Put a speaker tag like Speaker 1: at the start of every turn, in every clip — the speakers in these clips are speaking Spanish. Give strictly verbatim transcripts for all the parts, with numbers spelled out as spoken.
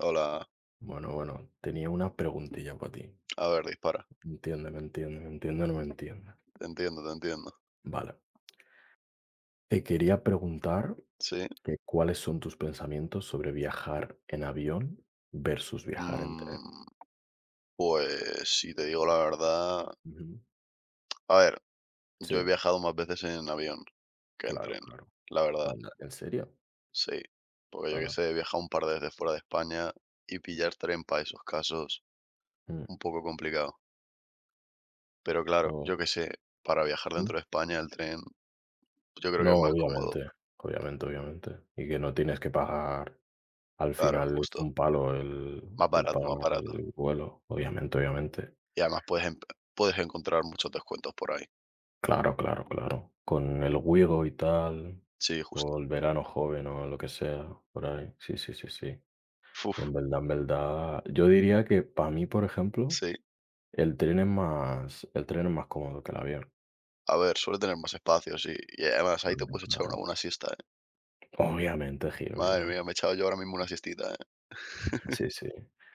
Speaker 1: Hola,
Speaker 2: Bueno, bueno, tenía una preguntilla para ti.
Speaker 1: a ver, dispara.
Speaker 2: Entiende, me entiende, me entiende o no me entiende.
Speaker 1: Te entiendo, te entiendo.
Speaker 2: Vale. Te quería preguntar
Speaker 1: Sí.
Speaker 2: que cuáles son tus pensamientos sobre viajar en avión versus viajar en tren.
Speaker 1: Mm, pues si te digo la verdad,
Speaker 2: Ujú.
Speaker 1: a ver,
Speaker 2: Sí,
Speaker 1: yo he viajado más veces en avión que en
Speaker 2: claro,
Speaker 1: tren,
Speaker 2: claro.
Speaker 1: la verdad,
Speaker 2: Anda, ¿en serio?
Speaker 1: sí. Porque yo que
Speaker 2: Hala.
Speaker 1: sé, he viajado un par de veces fuera de España y pillar tren para esos casos,
Speaker 2: Mm.
Speaker 1: un poco complicado. Pero claro,
Speaker 2: No,
Speaker 1: yo que sé, para viajar
Speaker 2: sí.
Speaker 1: dentro de España el tren, yo creo que
Speaker 2: No,
Speaker 1: es más cómodo,
Speaker 2: obviamente, obviamente, obviamente. Y que no tienes que pagar, al
Speaker 1: claro,
Speaker 2: final es
Speaker 1: justo.
Speaker 2: un palo el,
Speaker 1: Más
Speaker 2: el
Speaker 1: barato, más
Speaker 2: pagar
Speaker 1: barato.
Speaker 2: el vuelo, obviamente, obviamente.
Speaker 1: Y además puedes, em- puedes encontrar muchos descuentos por ahí.
Speaker 2: Claro, claro, claro. Con el Wigo y tal,
Speaker 1: Sí,
Speaker 2: o
Speaker 1: justo.
Speaker 2: el verano joven o lo que sea, por ahí. Sí, sí, sí, sí.
Speaker 1: Uf,
Speaker 2: Y en verdad, en verdad, yo diría que para mí, por ejemplo,
Speaker 1: sí.
Speaker 2: el tren es más, el tren es más cómodo que el avión.
Speaker 1: A ver, suele tener más espacio, sí. Y además ahí te
Speaker 2: Claro,
Speaker 1: puedes echar una
Speaker 2: claro.
Speaker 1: buena siesta, ¿eh?
Speaker 2: Obviamente, Giro, mira.
Speaker 1: Madre mía, me he echado yo ahora mismo una siestita, ¿eh?
Speaker 2: Sí, sí.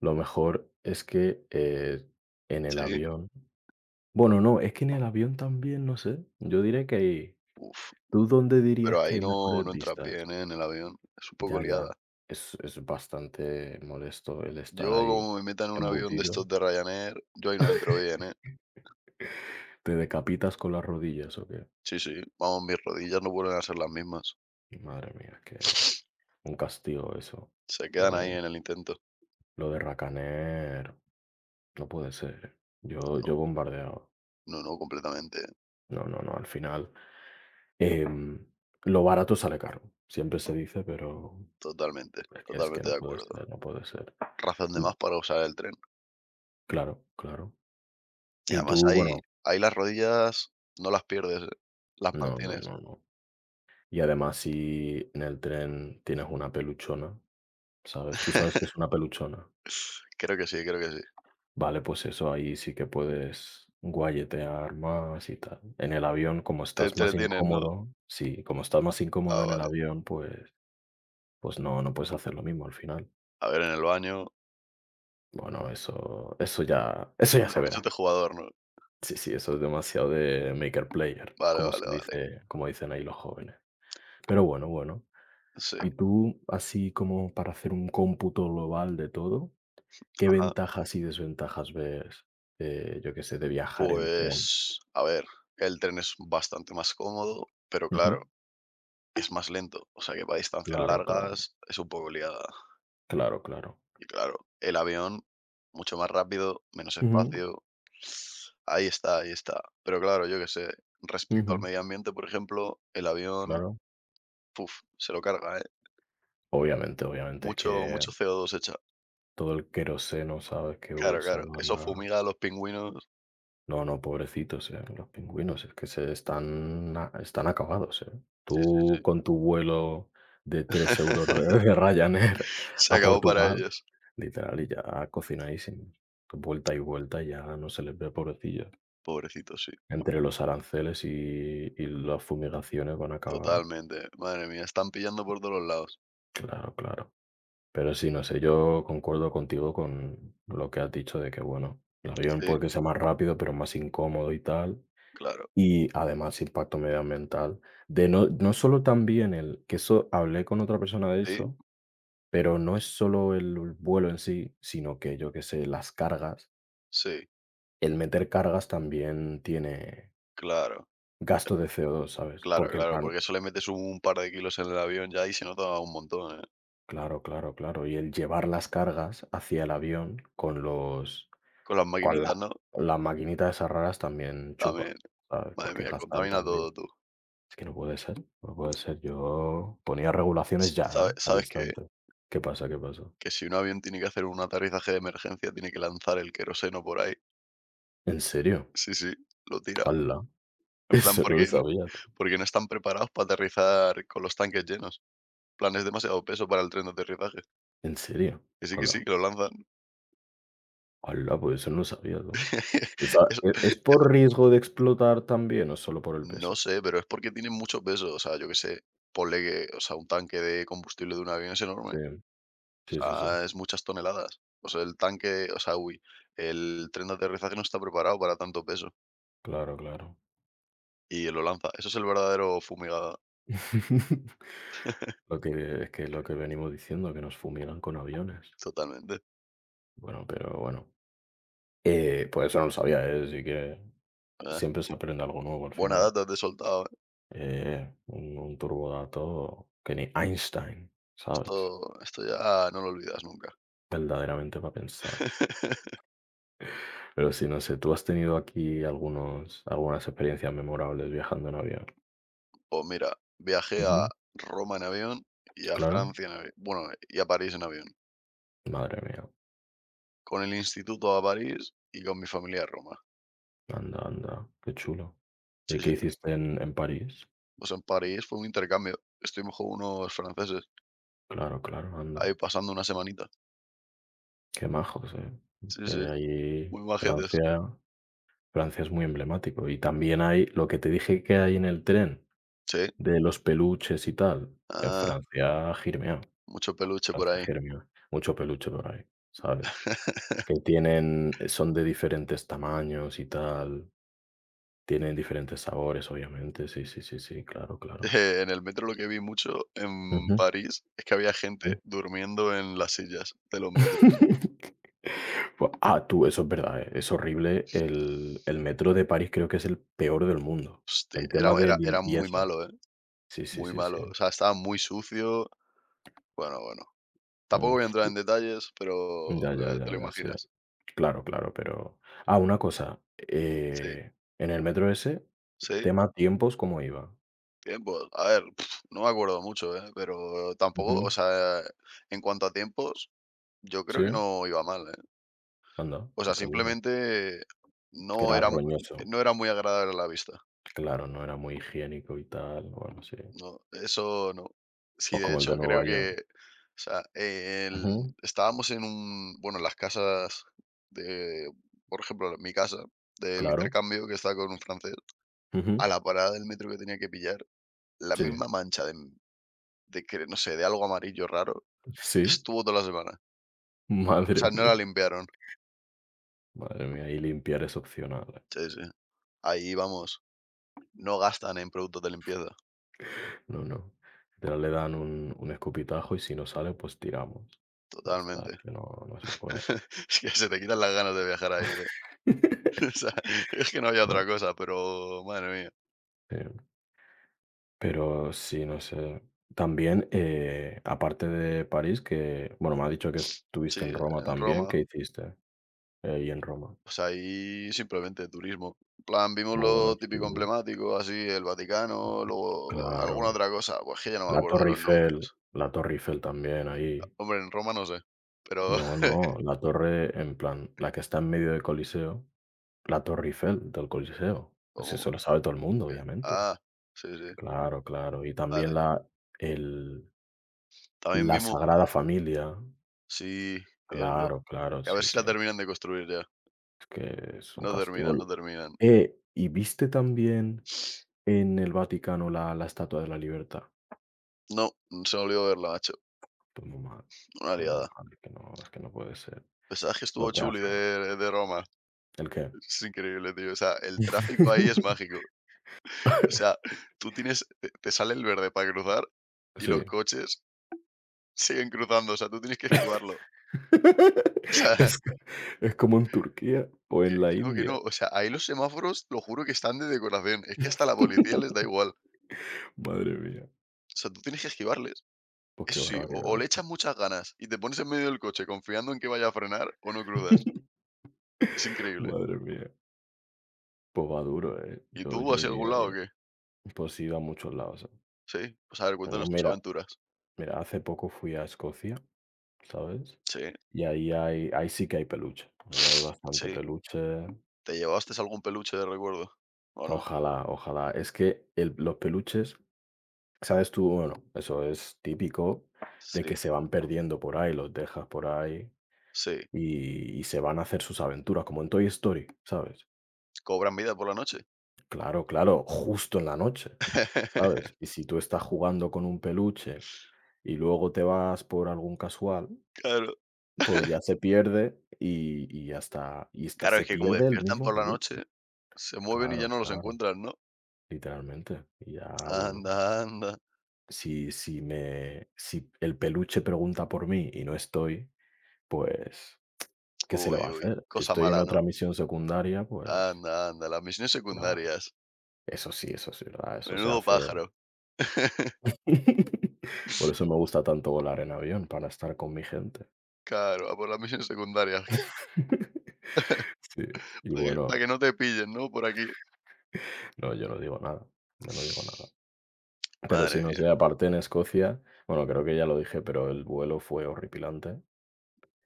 Speaker 2: Lo mejor es que eh, en el
Speaker 1: Sí,
Speaker 2: avión. Bueno, no, es que en el avión también, no sé. Yo diría que hay.
Speaker 1: uf,
Speaker 2: ¿Tú dónde dirías
Speaker 1: pero
Speaker 2: que
Speaker 1: ahí
Speaker 2: hay
Speaker 1: no
Speaker 2: mejores
Speaker 1: no entras
Speaker 2: vistas?
Speaker 1: bien, ¿eh? En el avión. Es un poco
Speaker 2: Ya, ya.
Speaker 1: liada.
Speaker 2: Es es bastante molesto el estar
Speaker 1: Yo
Speaker 2: ahí
Speaker 1: como me meta en un avión de
Speaker 2: embutido.
Speaker 1: estos de Ryanair, yo ahí no entro bien, ¿eh?
Speaker 2: ¿Te decapitas con las rodillas o qué?
Speaker 1: Sí, sí, vamos, mis rodillas no vuelven a ser las mismas.
Speaker 2: Madre mía, que un castigo eso.
Speaker 1: Se
Speaker 2: Lo
Speaker 1: quedan
Speaker 2: de
Speaker 1: ahí en el intento.
Speaker 2: lo de Ryanair no puede ser, ¿eh? Yo
Speaker 1: No,
Speaker 2: yo bombardeado.
Speaker 1: no, no, completamente,
Speaker 2: No, no, no, al final, em, lo barato sale caro. Siempre se dice, pero
Speaker 1: totalmente,
Speaker 2: es que es que
Speaker 1: totalmente
Speaker 2: no
Speaker 1: de
Speaker 2: puede
Speaker 1: acuerdo.
Speaker 2: ser, no puede ser.
Speaker 1: Razón de
Speaker 2: Y
Speaker 1: más para usar el tren.
Speaker 2: claro, claro.
Speaker 1: Y
Speaker 2: Y
Speaker 1: además
Speaker 2: tú,
Speaker 1: ahí
Speaker 2: bueno,
Speaker 1: ahí las rodillas no las pierdes, ¿eh? Las
Speaker 2: no, no,
Speaker 1: mantienes.
Speaker 2: no, no. Y además, si en el tren tienes una peluchona, ¿sabes? ¿Tú sabes qué es una peluchona?
Speaker 1: Creo que sí, creo que sí.
Speaker 2: Vale, pues eso ahí sí que puedes guayetear más y tal. En el avión, como
Speaker 1: Te
Speaker 2: estás más
Speaker 1: entretienes, ¿no?
Speaker 2: incómodo, sí, como estás más incómodo
Speaker 1: Ah,
Speaker 2: en el
Speaker 1: vale.
Speaker 2: avión, pues, pues no, no puedes hacer lo mismo al final.
Speaker 1: A ver, en el baño.
Speaker 2: Bueno, eso, eso ya, eso ya se
Speaker 1: Eso es
Speaker 2: verá.
Speaker 1: de jugador, ¿no?
Speaker 2: Sí, sí, eso es demasiado de maker player,
Speaker 1: Vale,
Speaker 2: como se
Speaker 1: vale, vale.
Speaker 2: dice, como dicen ahí los jóvenes. Pero bueno, bueno.
Speaker 1: Sí,
Speaker 2: ¿Y tú, así como para hacer un cómputo global de todo? ¿Qué
Speaker 1: ajá.
Speaker 2: ventajas y desventajas ves, eh, yo qué sé, de viajar en tren?
Speaker 1: Pues, a ver, el tren es bastante más cómodo, pero
Speaker 2: Ujú.
Speaker 1: claro, es más lento. O sea que para distancias
Speaker 2: Claro, claro,
Speaker 1: largas es un poco liada.
Speaker 2: claro, claro.
Speaker 1: Y claro, el avión, mucho más rápido, menos
Speaker 2: Ujú,
Speaker 1: espacio. Ahí está, ahí está. Pero claro, yo qué sé, respecto al
Speaker 2: ujú.
Speaker 1: medio ambiente, por ejemplo, el avión,
Speaker 2: Claro,
Speaker 1: puf, se lo carga, ¿eh?
Speaker 2: obviamente, obviamente, es
Speaker 1: Mucho,
Speaker 2: que
Speaker 1: mucho co dos echa.
Speaker 2: todo el queroseno, ¿sabes?, que
Speaker 1: Claro, claro,
Speaker 2: usaban
Speaker 1: eso
Speaker 2: a
Speaker 1: fumiga a los pingüinos.
Speaker 2: no, no, pobrecitos, eh, los pingüinos, es que se están a están acabados, eh.
Speaker 1: Sí, sí,
Speaker 2: Tú
Speaker 1: sí.
Speaker 2: con tu vuelo de tres euros re de Ryanair
Speaker 1: Se
Speaker 2: a
Speaker 1: acabó para
Speaker 2: Portugal,
Speaker 1: ellos.
Speaker 2: literal, y ya cocinadísimos. Vuelta y vuelta y ya no se les ve, pobrecillos.
Speaker 1: Pobrecitos, sí,
Speaker 2: Entre los aranceles y y las fumigaciones van a acabar.
Speaker 1: totalmente. Madre mía, están pillando por todos los lados.
Speaker 2: Claro, claro. Pero sí, no sé, yo concuerdo contigo con lo que has dicho de que, bueno, el avión
Speaker 1: Sí,
Speaker 2: puede que sea más rápido, pero más incómodo y tal.
Speaker 1: claro.
Speaker 2: Y además impacto medioambiental. De no no solo también el que eso hablé con otra persona de
Speaker 1: Sí,
Speaker 2: eso, pero no es solo el vuelo en sí, sino que, yo qué sé, las cargas.
Speaker 1: sí,
Speaker 2: El meter cargas también tiene
Speaker 1: claro,
Speaker 2: gasto de C O dos, ¿sabes?
Speaker 1: claro,
Speaker 2: Porque en
Speaker 1: claro,
Speaker 2: plan
Speaker 1: porque eso le metes un par de kilos en el avión ya y se nota un montón, ¿eh?
Speaker 2: Claro, claro, claro. Y el llevar las cargas hacia el avión con los
Speaker 1: Con las
Speaker 2: con
Speaker 1: maquinitas,
Speaker 2: la
Speaker 1: ¿no?
Speaker 2: con las maquinitas esas raras también chupa,
Speaker 1: También,
Speaker 2: ¿sabes?
Speaker 1: madre
Speaker 2: Porque
Speaker 1: mía,
Speaker 2: gastan
Speaker 1: contamina
Speaker 2: también.
Speaker 1: todo tú.
Speaker 2: Es que no puede ser, no puede ser. Yo ponía
Speaker 1: S-
Speaker 2: regulaciones ya,
Speaker 1: ¿Sabes
Speaker 2: ¿eh? Al
Speaker 1: sabes que
Speaker 2: instante. ¿Qué pasa? ¿Qué pasa?
Speaker 1: que si un avión tiene que hacer un aterrizaje de emergencia, tiene que lanzar el queroseno por ahí?
Speaker 2: ¿En serio?
Speaker 1: Sí, sí, lo tira.
Speaker 2: ¡Hala!
Speaker 1: En plan,
Speaker 2: Eso no lo
Speaker 1: porque
Speaker 2: sabía tú.
Speaker 1: Porque no están preparados para aterrizar con los tanques llenos. En plan, es demasiado peso para el tren de aterrizaje.
Speaker 2: ¿En serio?
Speaker 1: Que sí, que
Speaker 2: ¡Hala!
Speaker 1: sí, que lo lanzan.
Speaker 2: ¡Hala! Pues eso no lo sabía tú. Pensa
Speaker 1: Eso
Speaker 2: ¿e es por
Speaker 1: eso
Speaker 2: riesgo de explotar también o solo por el
Speaker 1: no
Speaker 2: peso?
Speaker 1: sé, pero es porque tienen mucho peso. O sea, yo qué sé, ponle que, o sea, un tanque de combustible de un avión es enorme.
Speaker 2: Sí,
Speaker 1: O
Speaker 2: sí, sí, sí.
Speaker 1: sea, es muchas toneladas. O sea, el tanque, o sea, uy, el tren de aterrizaje no está preparado para tanto peso
Speaker 2: Claro, claro.
Speaker 1: y lo lanza. Eso es el verdadero fumigado,
Speaker 2: Lo que es que lo que venimos diciendo, que nos fumigan con aviones.
Speaker 1: totalmente.
Speaker 2: Bueno, pero bueno. Eh, pues eso no lo sabía, ¿eh? Así que
Speaker 1: Ah,
Speaker 2: siempre se aprende algo nuevo al
Speaker 1: buena
Speaker 2: final.
Speaker 1: data te he soltado, ¿eh?
Speaker 2: Eh, un, un turbodato que ni Einstein, ¿sabes?
Speaker 1: Esto esto ya no lo olvidas nunca.
Speaker 2: Verdaderamente para pensar. Pero sí, no sé, ¿tú has tenido aquí algunos, algunas experiencias memorables viajando en avión?
Speaker 1: O mira, viajé
Speaker 2: Ujú,
Speaker 1: a Roma en avión y a
Speaker 2: claro.
Speaker 1: Francia en avión. Bueno, y a París en avión.
Speaker 2: Madre mía.
Speaker 1: Con el instituto a París y con mi familia a Roma.
Speaker 2: Anda, anda. Qué chulo. ¿Y
Speaker 1: Sí,
Speaker 2: qué
Speaker 1: sí.
Speaker 2: hiciste en, en París?
Speaker 1: O sea, en París fue un intercambio. Estuvimos con unos franceses
Speaker 2: Claro, claro, anda.
Speaker 1: ahí pasando una semanita.
Speaker 2: Qué majos, ¿eh?
Speaker 1: Sí,
Speaker 2: Que
Speaker 1: sí.
Speaker 2: ahí
Speaker 1: Muy majetes.
Speaker 2: Francia Francia es muy emblemático. Y también hay lo que te dije que hay en el tren,
Speaker 1: Sí.
Speaker 2: de los peluches y tal, en
Speaker 1: Ah,
Speaker 2: Francia girmiao,
Speaker 1: mucho peluche por
Speaker 2: Francia
Speaker 1: ahí.
Speaker 2: girmiao. Mucho peluche por ahí, ¿sabes? Que tienen eh, son de diferentes tamaños y tal, tienen diferentes sabores, obviamente. Sí, sí, sí, sí, claro, claro.
Speaker 1: Eh, en el metro lo que vi mucho en
Speaker 2: Ujú,
Speaker 1: París es que había gente
Speaker 2: sí.
Speaker 1: durmiendo en las sillas de los metros.
Speaker 2: Fu- Ah, tú, eso es verdad, eh, es horrible. El, el metro de París creo que es el peor del mundo
Speaker 1: Hostia,
Speaker 2: en
Speaker 1: era,
Speaker 2: temas de
Speaker 1: era, era muy
Speaker 2: limpieza.
Speaker 1: malo, ¿eh?
Speaker 2: Sí, sí,
Speaker 1: Muy
Speaker 2: sí, sí.
Speaker 1: malo. O sea, estaba muy sucio. Bueno, bueno. Tampoco
Speaker 2: Mm,
Speaker 1: voy a entrar
Speaker 2: y-
Speaker 1: en detalles, pero,
Speaker 2: Ya, ya,
Speaker 1: eh,
Speaker 2: ya,
Speaker 1: te lo
Speaker 2: ya, sí.
Speaker 1: imaginas.
Speaker 2: Claro, claro, pero... Ah, una cosa.
Speaker 1: Sí,
Speaker 2: eh, en el metro ese,
Speaker 1: sí,
Speaker 2: tema tiempos, ¿cómo iba?
Speaker 1: tiempos. A ver, pf, no me acuerdo mucho, ¿eh? Pero tampoco, o
Speaker 2: Ujú,
Speaker 1: sea, en cuanto a tiempos, yo
Speaker 2: sí,
Speaker 1: creo que no iba mal, ¿eh?
Speaker 2: anda,
Speaker 1: O sea,
Speaker 2: pues qué duro.
Speaker 1: simplemente
Speaker 2: Que
Speaker 1: no
Speaker 2: era
Speaker 1: era mu
Speaker 2: roñoso.
Speaker 1: no era muy agradable a la vista.
Speaker 2: Claro, no era muy higiénico y tal. Bueno, sí.
Speaker 1: No, eso no. Sí,
Speaker 2: Pues
Speaker 1: de
Speaker 2: como el de
Speaker 1: hecho,
Speaker 2: Nueva
Speaker 1: creo
Speaker 2: York.
Speaker 1: que, o sea, el
Speaker 2: Ujú,
Speaker 1: estábamos en un bueno, en las casas de, por ejemplo, mi casa, del
Speaker 2: claro.
Speaker 1: intercambio que estaba con un francés,
Speaker 2: Ujú,
Speaker 1: a la parada del metro que tenía que pillar la
Speaker 2: sí,
Speaker 1: misma mancha de de que, no sé, de algo amarillo raro,
Speaker 2: sí.
Speaker 1: estuvo toda la semana. O
Speaker 2: Madre
Speaker 1: sea, no la
Speaker 2: mía.
Speaker 1: limpiaron.
Speaker 2: Madre mía, y limpiar es opcional, ¿eh?
Speaker 1: Sí, sí. Ahí, vamos, no gastan en productos de limpieza,
Speaker 2: No, no. Literal, le dan un, un escupitajo y si no sale, pues tiramos. Ya está,
Speaker 1: totalmente.
Speaker 2: que no, no se puede.
Speaker 1: Es que se te quitan las ganas de viajar ahí, ¿eh? O sea, es que no había
Speaker 2: Bueno,
Speaker 1: otra cosa, pero madre mía.
Speaker 2: sí. Pero sí, no sé. También, eh, aparte de París, que, bueno, me ha dicho que estuviste
Speaker 1: Sí,
Speaker 2: en Roma
Speaker 1: en
Speaker 2: también.
Speaker 1: Roma,
Speaker 2: ¿Qué hiciste ahí en Roma?
Speaker 1: o sea ahí simplemente turismo. En plan, vimos
Speaker 2: Muy bueno,
Speaker 1: lo
Speaker 2: sí,
Speaker 1: típico
Speaker 2: ¿no?
Speaker 1: emblemático, así, el Vaticano, luego alguna
Speaker 2: Claro.
Speaker 1: otra cosa, pues que ya no me
Speaker 2: La
Speaker 1: acuerdo
Speaker 2: Torre
Speaker 1: los
Speaker 2: Eiffel,
Speaker 1: nombres.
Speaker 2: la Torre Eiffel también ahí.
Speaker 1: Hombre, en Roma no sé, pero
Speaker 2: No, no, la torre en plan, la que está en medio del Coliseo, la Torre Eiffel del Coliseo. Pues eso
Speaker 1: ¿cómo?
Speaker 2: lo sabe todo el mundo, obviamente.
Speaker 1: Ah, sí, sí.
Speaker 2: Claro, claro. Y
Speaker 1: Vale.
Speaker 2: también la el
Speaker 1: También
Speaker 2: la
Speaker 1: vimos
Speaker 2: Sagrada Familia.
Speaker 1: sí, cierto.
Speaker 2: Claro, claro,
Speaker 1: Que a ver
Speaker 2: sí,
Speaker 1: si
Speaker 2: sí.
Speaker 1: la terminan de construir ya.
Speaker 2: Es que es un
Speaker 1: No
Speaker 2: castigo.
Speaker 1: terminan, no terminan.
Speaker 2: Eh, ¿y viste también en el Vaticano la la Estatua de la Libertad?
Speaker 1: No, se me olvidó verla, macho.
Speaker 2: Pues muy mal,
Speaker 1: Una
Speaker 2: pues muy
Speaker 1: liada.
Speaker 2: mal, que no, es que no puede ser
Speaker 1: ¿Sabes que
Speaker 2: lo
Speaker 1: estuvo
Speaker 2: que
Speaker 1: Chuli
Speaker 2: hacen.
Speaker 1: de de Roma?
Speaker 2: ¿El qué?
Speaker 1: Es increíble, tío. O sea, el tráfico ahí es mágico. O sea, tú tienes te te sale el verde para cruzar y los
Speaker 2: Sí.
Speaker 1: coches siguen cruzando, o sea, tú tienes que esquivarlo. O sea,
Speaker 2: Es es como en Turquía o
Speaker 1: que
Speaker 2: en la
Speaker 1: que no, que no.
Speaker 2: India.
Speaker 1: O sea, ahí los semáforos, lo juro que están de decoración. Es que hasta la policía les da igual.
Speaker 2: Madre mía.
Speaker 1: O sea, tú tienes que esquivarles.
Speaker 2: Pues qué
Speaker 1: Eso sí, o o
Speaker 2: barbaridad.
Speaker 1: le echas muchas ganas y te pones en medio del coche confiando en que vaya a frenar o no cruzas. Es increíble.
Speaker 2: Madre mía. Pues va duro, ¿eh?
Speaker 1: ¿Y
Speaker 2: Yo,
Speaker 1: tú
Speaker 2: yo
Speaker 1: hacia algún
Speaker 2: iría,
Speaker 1: lado o
Speaker 2: ¿eh?
Speaker 1: qué?
Speaker 2: Pues sí, a muchos lados, ¿eh?
Speaker 1: Sí, pues a ver,
Speaker 2: Pero no,
Speaker 1: cuéntanos tus
Speaker 2: mira,
Speaker 1: aventuras.
Speaker 2: mira, hace poco fui a Escocia, ¿sabes?
Speaker 1: Sí,
Speaker 2: Y ahí hay, ahí sí que hay peluche. Ahí hay bastante
Speaker 1: sí.
Speaker 2: peluche.
Speaker 1: ¿Te llevaste algún peluche de recuerdo? ¿O no?
Speaker 2: Ojalá, ojalá. Es que el- los peluches, ¿sabes tú? Bueno, eso es típico de
Speaker 1: Sí,
Speaker 2: que se van perdiendo por ahí, los dejas por ahí
Speaker 1: sí.
Speaker 2: y, y se van a hacer sus aventuras, como en Toy Story, ¿sabes?
Speaker 1: ¿Cobran vida por la noche?
Speaker 2: Claro, claro, justo en la noche. ¿Sabes? Y si tú estás jugando con un peluche y luego te vas por algún casual,
Speaker 1: Claro.
Speaker 2: pues ya se pierde y y hasta y hasta
Speaker 1: Claro,
Speaker 2: se
Speaker 1: es que como
Speaker 2: pierde el
Speaker 1: despiertan
Speaker 2: mismo
Speaker 1: por la
Speaker 2: peluche.
Speaker 1: noche, se mueven y ya
Speaker 2: Claro,
Speaker 1: no los
Speaker 2: claro,
Speaker 1: encuentran, ¿no?
Speaker 2: literalmente. Y ya, bueno,
Speaker 1: Anda, anda.
Speaker 2: si si me si el peluche pregunta por mí y no estoy, pues, ¿qué se le va
Speaker 1: Uy,
Speaker 2: a
Speaker 1: uy,
Speaker 2: hacer? Si
Speaker 1: cosa
Speaker 2: estoy en
Speaker 1: mala,
Speaker 2: otra
Speaker 1: ¿no?
Speaker 2: misión secundaria, pues,
Speaker 1: Anda, anda, las misiones
Speaker 2: claro.
Speaker 1: secundarias.
Speaker 2: Eso sí, eso sí, ¿verdad? Eso se
Speaker 1: Menudo
Speaker 2: hace.
Speaker 1: pájaro.
Speaker 2: Por eso me gusta tanto volar en avión, para estar con mi gente.
Speaker 1: Claro, a por las misiones secundarias,
Speaker 2: Sí, y
Speaker 1: para que para
Speaker 2: bueno,
Speaker 1: que no te pillen, ¿no? Por aquí.
Speaker 2: no, yo no digo nada, yo no digo nada. Pero sí,
Speaker 1: Madre
Speaker 2: no
Speaker 1: mía,
Speaker 2: sé, aparte en Escocia, bueno, creo que ya lo dije, pero el vuelo fue horripilante,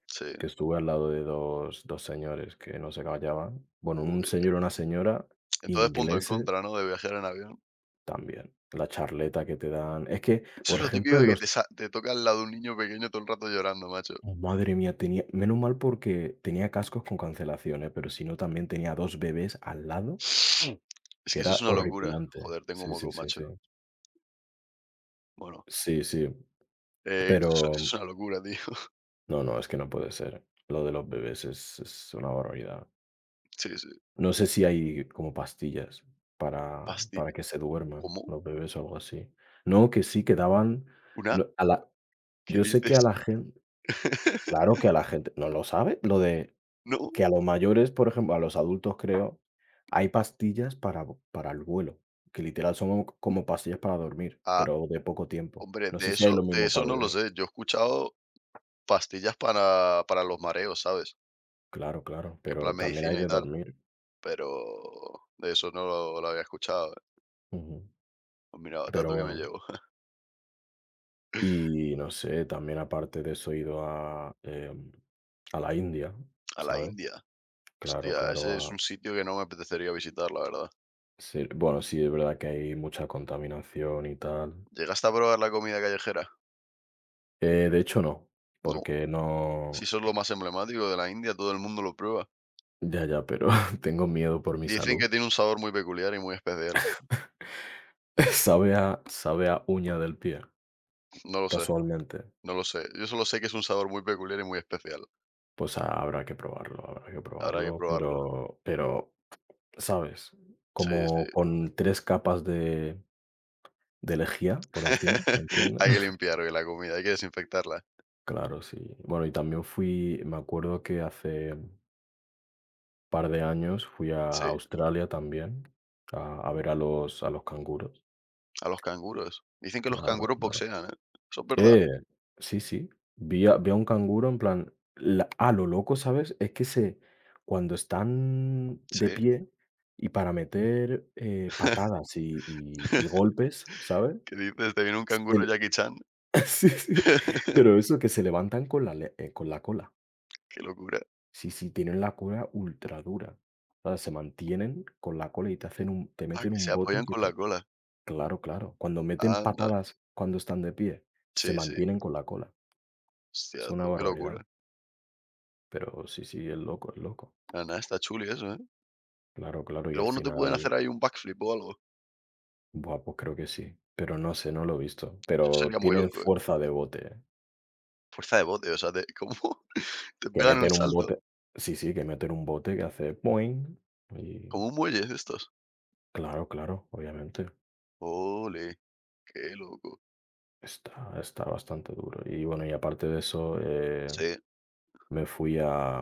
Speaker 1: sí,
Speaker 2: que estuve al lado de dos, dos señores que no se callaban. Bueno, un
Speaker 1: uy.
Speaker 2: señor y una señora
Speaker 1: Entonces, punto en
Speaker 2: ingleses
Speaker 1: contra, ¿no? De viajar en avión.
Speaker 2: también. La charleta que te dan. Es que,
Speaker 1: Eso
Speaker 2: por
Speaker 1: es lo
Speaker 2: ejemplo,
Speaker 1: típico
Speaker 2: en
Speaker 1: de que
Speaker 2: los...
Speaker 1: te sa te toca al lado de un niño pequeño todo el rato llorando, macho.
Speaker 2: Oh, madre mía, tenía... Menos mal porque tenía cascos con cancelaciones, pero si no, también tenía dos bebés al lado,
Speaker 1: Es
Speaker 2: que
Speaker 1: que eso es
Speaker 2: era
Speaker 1: una locura.
Speaker 2: horripilante.
Speaker 1: Joder, tengo
Speaker 2: Sí, sí,
Speaker 1: moco,
Speaker 2: sí,
Speaker 1: macho.
Speaker 2: sí.
Speaker 1: Bueno,
Speaker 2: Sí, sí.
Speaker 1: eh, eso es
Speaker 2: Pero
Speaker 1: eso es una locura, tío.
Speaker 2: no, no, es que no puede ser. Lo de los bebés es es una barbaridad.
Speaker 1: Sí, sí.
Speaker 2: No sé si hay como pastillas para
Speaker 1: Pasti
Speaker 2: para que se duerman
Speaker 1: ¿cómo?
Speaker 2: los bebés o algo así. No, que sí, que daban
Speaker 1: ¿Una?
Speaker 2: no, a la
Speaker 1: ¿Qué
Speaker 2: yo sé que a
Speaker 1: dices?
Speaker 2: la gente, claro que a la gente ¿no lo sabe? Lo de
Speaker 1: ¿No?
Speaker 2: que a los mayores, por ejemplo, a los adultos, creo, hay pastillas para para el vuelo, que literal son como pastillas para dormir,
Speaker 1: Ah,
Speaker 2: pero de poco tiempo.
Speaker 1: hombre,
Speaker 2: No sé
Speaker 1: de
Speaker 2: si hay
Speaker 1: eso
Speaker 2: lo
Speaker 1: de
Speaker 2: mismo
Speaker 1: eso
Speaker 2: para
Speaker 1: no lo
Speaker 2: bebés.
Speaker 1: sé. Yo he escuchado pastillas para para los mareos, ¿sabes?
Speaker 2: Claro, claro,
Speaker 1: Que en plan
Speaker 2: pero también hay
Speaker 1: medicina y
Speaker 2: de
Speaker 1: tal.
Speaker 2: dormir.
Speaker 1: Pero de eso no lo, lo había escuchado.
Speaker 2: Ujú.
Speaker 1: Pues mira,
Speaker 2: Pero
Speaker 1: tanto que me
Speaker 2: bueno.
Speaker 1: llevo.
Speaker 2: Y no sé, también aparte de eso he ido a, em, a la India,
Speaker 1: A la
Speaker 2: ¿sabes?
Speaker 1: India.
Speaker 2: Claro,
Speaker 1: Hostia, ese
Speaker 2: claro,
Speaker 1: es
Speaker 2: a...
Speaker 1: un sitio que no me apetecería visitar, la verdad.
Speaker 2: sí, bueno, sí, es verdad que hay mucha contaminación y tal.
Speaker 1: ¿Llegaste a probar la comida callejera?
Speaker 2: Eh, de hecho, no,
Speaker 1: No.
Speaker 2: porque
Speaker 1: Si
Speaker 2: no,
Speaker 1: eso es lo más emblemático de la India, todo el mundo lo prueba.
Speaker 2: ya, ya, pero tengo miedo por mi
Speaker 1: Dicen
Speaker 2: salud.
Speaker 1: que tiene un sabor muy peculiar y muy especial.
Speaker 2: Sabe a, sabe a uña del pie,
Speaker 1: No lo sé,
Speaker 2: casualmente.
Speaker 1: no lo sé. Yo solo sé que es un sabor muy peculiar y muy especial.
Speaker 2: Pues ha- habrá que probarlo, habrá que
Speaker 1: Habrá que
Speaker 2: probarlo,
Speaker 1: probarlo.
Speaker 2: pero pero, ¿sabes?
Speaker 1: Sí, sí.
Speaker 2: Como con tres capas de de lejía por encima, ¿me entiendes?
Speaker 1: Hay que limpiar hoy la comida, hay que desinfectarla.
Speaker 2: Claro, sí. Bueno, y también fui me acuerdo que hace un par de años fui a
Speaker 1: Sí,
Speaker 2: Australia también, a a ver a los a los canguros.
Speaker 1: a los canguros. Dicen que los
Speaker 2: Claro,
Speaker 1: canguros
Speaker 2: claro.
Speaker 1: boxean, ¿eh? ¿Eso es verdad?
Speaker 2: Eh, sí, sí, vi a vi a un canguro en plan, la a lo loco, ¿sabes? Es que se cuando están de
Speaker 1: Sí.
Speaker 2: pie y para meter, eh, patadas y y y golpes, ¿sabes?
Speaker 1: ¿Qué dices? ¿Te viene un canguro
Speaker 2: El
Speaker 1: Jackie Chan?
Speaker 2: sí, sí, pero eso que se levantan con la le eh, con la cola.
Speaker 1: Qué locura.
Speaker 2: Sí, sí, tienen la cola ultra dura. O sea, se mantienen con la cola y te hacen un te
Speaker 1: Ah,
Speaker 2: meten
Speaker 1: que
Speaker 2: un
Speaker 1: se
Speaker 2: bote
Speaker 1: apoyan
Speaker 2: que
Speaker 1: con
Speaker 2: te
Speaker 1: la cola.
Speaker 2: claro, claro. Cuando meten
Speaker 1: Anda.
Speaker 2: patadas cuando están de pie, se
Speaker 1: Sí, sí.
Speaker 2: mantienen con la cola. Es
Speaker 1: Hostia
Speaker 2: una
Speaker 1: tú, qué
Speaker 2: barbaridad.
Speaker 1: locura.
Speaker 2: Pero sí, sí, es loco, es loco.
Speaker 1: Nada, nada, está chuli eso, ¿eh?
Speaker 2: Claro, claro,
Speaker 1: Y
Speaker 2: y al
Speaker 1: luego no te pueden
Speaker 2: final,
Speaker 1: hacer ahí un backflip o algo.
Speaker 2: buah, pues creo que sí. Pero no sé, no lo he visto.
Speaker 1: Eso
Speaker 2: Pero
Speaker 1: sería muy
Speaker 2: tienen
Speaker 1: loco, ¿eh?
Speaker 2: fuerza de bote, ¿eh?
Speaker 1: Fuerza de bote, o sea, te como te
Speaker 2: Que
Speaker 1: pegan un
Speaker 2: meten un
Speaker 1: salto.
Speaker 2: bote. Sí, sí, que meten un bote que hace boing. Y
Speaker 1: Como un muelle de estos.
Speaker 2: claro, claro, obviamente.
Speaker 1: Ole, qué loco.
Speaker 2: Está, está bastante duro. Y bueno, y aparte de eso, eh,
Speaker 1: Sí,
Speaker 2: me fui a,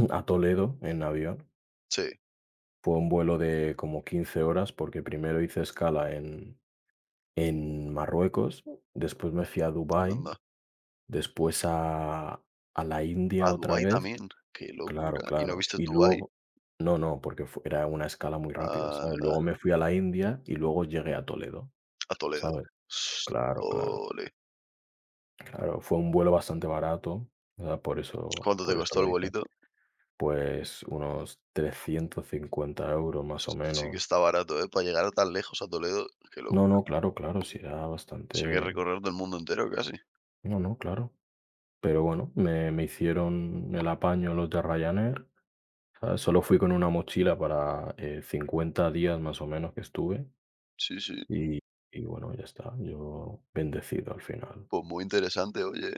Speaker 2: a Toledo en avión.
Speaker 1: sí,
Speaker 2: Fue un vuelo de como quince horas porque primero hice escala en, en Marruecos, después me fui a Dubái.
Speaker 1: anda.
Speaker 2: Después a a la India
Speaker 1: A
Speaker 2: otra
Speaker 1: Dubái
Speaker 2: vez.
Speaker 1: también. Qué
Speaker 2: Claro,
Speaker 1: locura. ¿Y no
Speaker 2: claro.
Speaker 1: viste
Speaker 2: Y
Speaker 1: Dubái?
Speaker 2: luego no, no, porque fue era una escala muy rápida, ¿sabes?
Speaker 1: Anda.
Speaker 2: Luego me fui a la India y luego llegué a Toledo,
Speaker 1: A Toledo.
Speaker 2: ¿sabes? Claro, claro,
Speaker 1: Ole.
Speaker 2: claro. Fue un vuelo bastante barato, ¿verdad? Por eso
Speaker 1: ¿Cuánto te
Speaker 2: por eso
Speaker 1: costó el
Speaker 2: lo hice.
Speaker 1: vuelito?
Speaker 2: Pues unos trescientos cincuenta euros más o
Speaker 1: Sí sí que
Speaker 2: menos.
Speaker 1: está barato, ¿eh? Para llegar a tan lejos, a Toledo, que lo
Speaker 2: No, no, claro, claro, sí era
Speaker 1: Sí hay que
Speaker 2: bastante
Speaker 1: recorrer todo el mundo entero casi.
Speaker 2: no, no, claro. Pero bueno, me me hicieron el apaño los de Ryanair. Ah, solo fui con una mochila para, eh, cincuenta días más o menos que estuve
Speaker 1: Sí, sí.
Speaker 2: y y bueno, ya está. Yo bendecido al final.
Speaker 1: Pues muy interesante, oye.